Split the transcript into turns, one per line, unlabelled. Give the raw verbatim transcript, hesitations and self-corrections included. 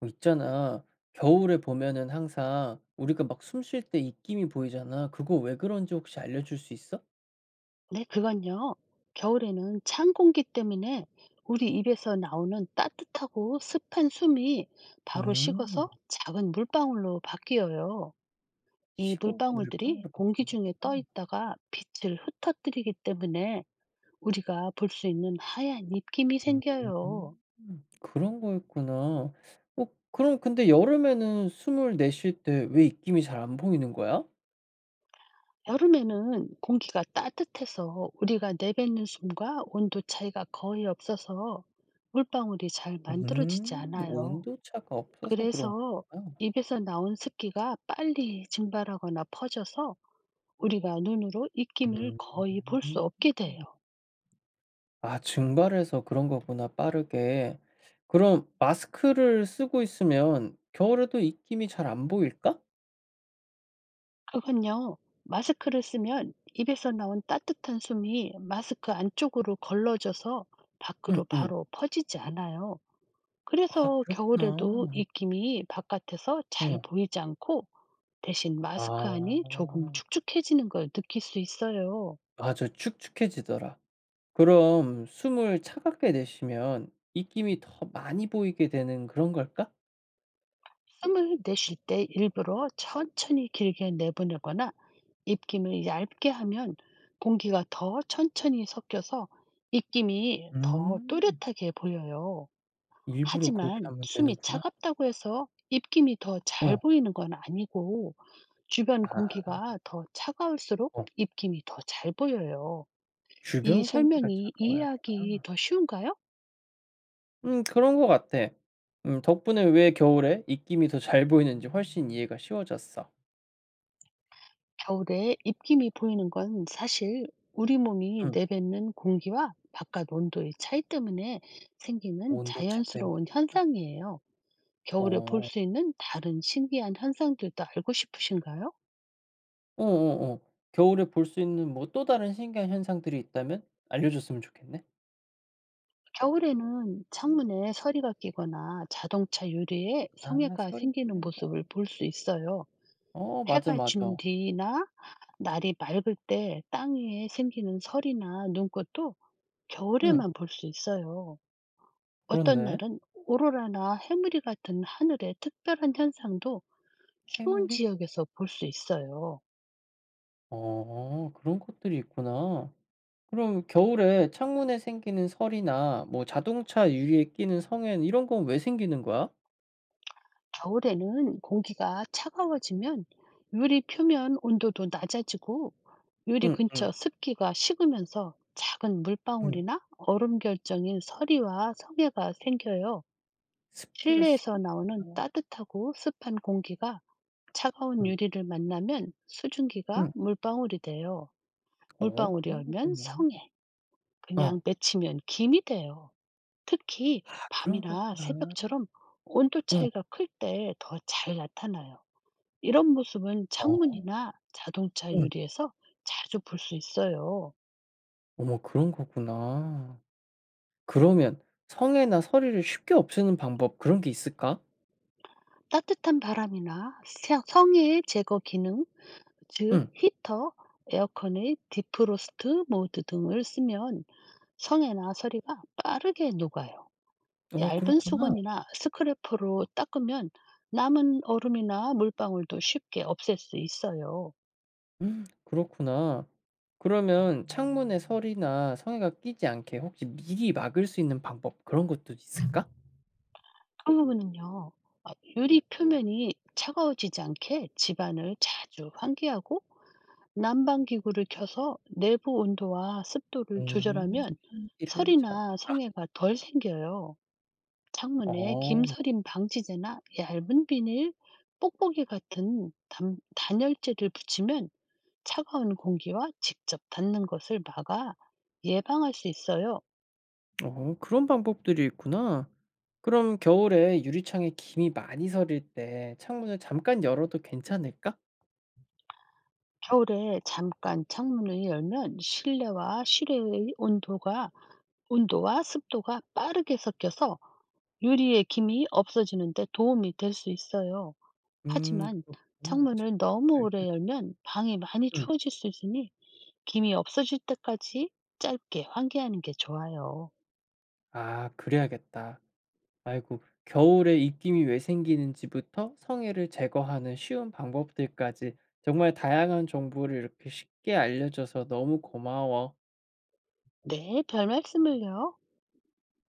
어, 있잖아. 겨울에 보면은 항상 우리가 막 숨쉴 때 입김이 보이잖아. 그거 왜 그런지 혹시 알려줄 수 있어?
네, 그건요. 겨울에는 찬 공기 때문에 우리 입에서 나오는 따뜻하고 습한 숨이 바로
음.
식어서 작은 물방울로 바뀌어요. 이
식어서
물방울들이
물방울로
공기
바뀐
중에 떠
거구나.
있다가 빛을 흩어뜨리기 때문에 우리가 볼 수 있는 하얀 입김이
음.
생겨요.
그런 거였구나. 어, 그럼 근데 여름에는 숨을 내쉴 때 왜 입김이 잘 안 보이는 거야?
여름에는 공기가 따뜻해서 우리가 내뱉는 숨과 온도 차이가 거의 없어서 물방울이 잘 만들어지지
음.
않아요.
온도 차가 없어서 그런
그래서
거구나.
입에서 나온 습기가 빨리 증발하거나 퍼져서 우리가 눈으로 입김을 거의 볼 수
음.
없게 돼요.
아 증발해서 그런 거구나 빠르게. 그럼 마스크를 쓰고 있으면 겨울에도 입김이 잘 안 보일까?
그건요, 마스크를 쓰면 입에서 나온 따뜻한 숨이 마스크 안쪽으로 걸러져서
응,
밖으로
응.
바로 퍼지지 않아요.
아
그래서
그렇구나.
겨울에도 입김이 바깥에서 잘
어.
보이지 않고, 대신 마스크 안이 조금
아.
축축해지는 걸 느낄 수 있어요.
맞아. 축축해지더라. 그럼 숨을 차갑게 내쉬면 입김이 더 많이 보이게 되는 그런 걸까?
숨을 내쉴 때 일부러 천천히 길게 내보내거나 입김을 얇게 하면, 공기가 더 천천히 섞여서 입김이 더
음.
또렷하게 보여요.
일부러 그렇게
하지만
하면
숨이
되는구나.
차갑다고 해서 입김이 더 잘
어.
보이는 건 아니고, 주변
아.
공기가 더 차가울수록
어.
입김이 더 잘 보여요. 이
주변 공기가
설명이
차가워야 구
이해하기
나
더 쉬운가요?
음, 그런 것 같아. 음, 덕분에 왜 겨울에 입김이 더 잘 보이는지 훨씬 이해가 쉬워졌어.
겨울에 입김이 보이는 건 사실 우리 몸이
응.
내뱉는 공기와 바깥 온도의 차이 때문에 생기는
온도차
자연스러운
때문이고.
현상이에요. 겨울에 볼
어.
수 있는 다른 신기한 현상들도 알고 싶으신가요?
어어어. 겨울에 볼 수 있는 뭐 또 다른 신기한 현상들이 있다면 알려줬으면 좋겠네.
겨울에는 창문에 서리가 끼거나 자동차 유리에
아
성에가
서리
생기는
끼는 거.
모습을 볼 수 있어요.
어 맞아,
해가
맞아.
진 뒤나 날이 맑을 때 땅 위에 생기는 서리나 눈꽃도
응.
겨울에만 볼 수 있어요. 어떤
그렇네.
날은 오로라나 해무리 같은 하늘의 특별한 현상도
해
추운
물이
지역에서 볼 수 있어요.
어 그런 것들이 있구나. 그럼 겨울에 창문에 생기는 설이나 뭐 자동차 유리에 끼는 성엔 이런 건 왜 생기는 거야?
겨울에는 공기가 차가워지면 유리 표면 온도도 낮아지고, 유리
응응. 응.
근처 습기가 식으면서 작은
응.
물방울이나 얼음 결정인 서리와 성에가 생겨요.
습기가
실내에서 나오는
식었구나.
따뜻하고 습한 공기가 차가운 유리를 만나면
응.
수증기가
응.
물방울이 돼요.
어
물방울이
그런
얼면
거구나.
성에,
어.
그냥 맺히면 김이 돼요. 특히
아 그런
밤이나
거구나.
새벽처럼 온도
어.
차이가 클 때 더 잘 나타나요. 이런 모습은
어.
창문이나 자동차
응.
유리에서 자주 볼 수 있어요.
어머 그런 거구나. 그러면 성에나 서리를 쉽게 없애는 방법 그런 게 있을까?
따뜻한 바람이나 세- 성해 제거 기능, 즉
응.
히터, 에어컨의 디프로스트 모드 등을 쓰면 성해나 서리가 빠르게 녹아요.
어
얇은
그렇구나.
수건이나 스크래퍼로 닦으면 남은 얼음이나 물방울도 쉽게 없앨 수 있어요.
음 그렇구나. 그러면 창문에 서리나 성에가 끼지 않게 혹시 미리 막을 수 있는 방법 그런 것도 있을까?
그 부분은요, 아, 유리 표면이 차가워지지 않게 집안을 자주 환기하고 난방 기구를 켜서 내부 온도와 습도를
음.
조절하면
환기를 잘.
설이나 성에가 덜 생겨요. 창문에
어.
김서림 방지제나 얇은 비닐, 뽁뽁이 같은 단, 단열재를 붙이면 차가운 공기와 직접 닿는 것을 막아 예방할 수 있어요.
어 그런 방법들이 있구나. 그럼 겨울에 유리창에 김이 많이 서릴 때 창문을 잠깐 열어도 괜찮을까?
겨울에 잠깐 창문을 열면 실내와 실외의 온도가, 온도와 습도가 빠르게 섞여서 유리의 김이 없어지는 데 도움이 될 수 있어요.
음
하지만
그렇구나. 참.
창문을 너무
알.
오래 열면 방이 많이
음.
추워질 수 있으니 김이 없어질 때까지 짧게 환기하는 게 좋아요.
아 그래야겠다. 아이고, 겨울에 입김이 왜 생기는지부터 성해를 제거하는 쉬운 방법들까지 정말 다양한 정보를 이렇게 쉽게 알려줘서 너무 고마워.
네, 별 말씀을요.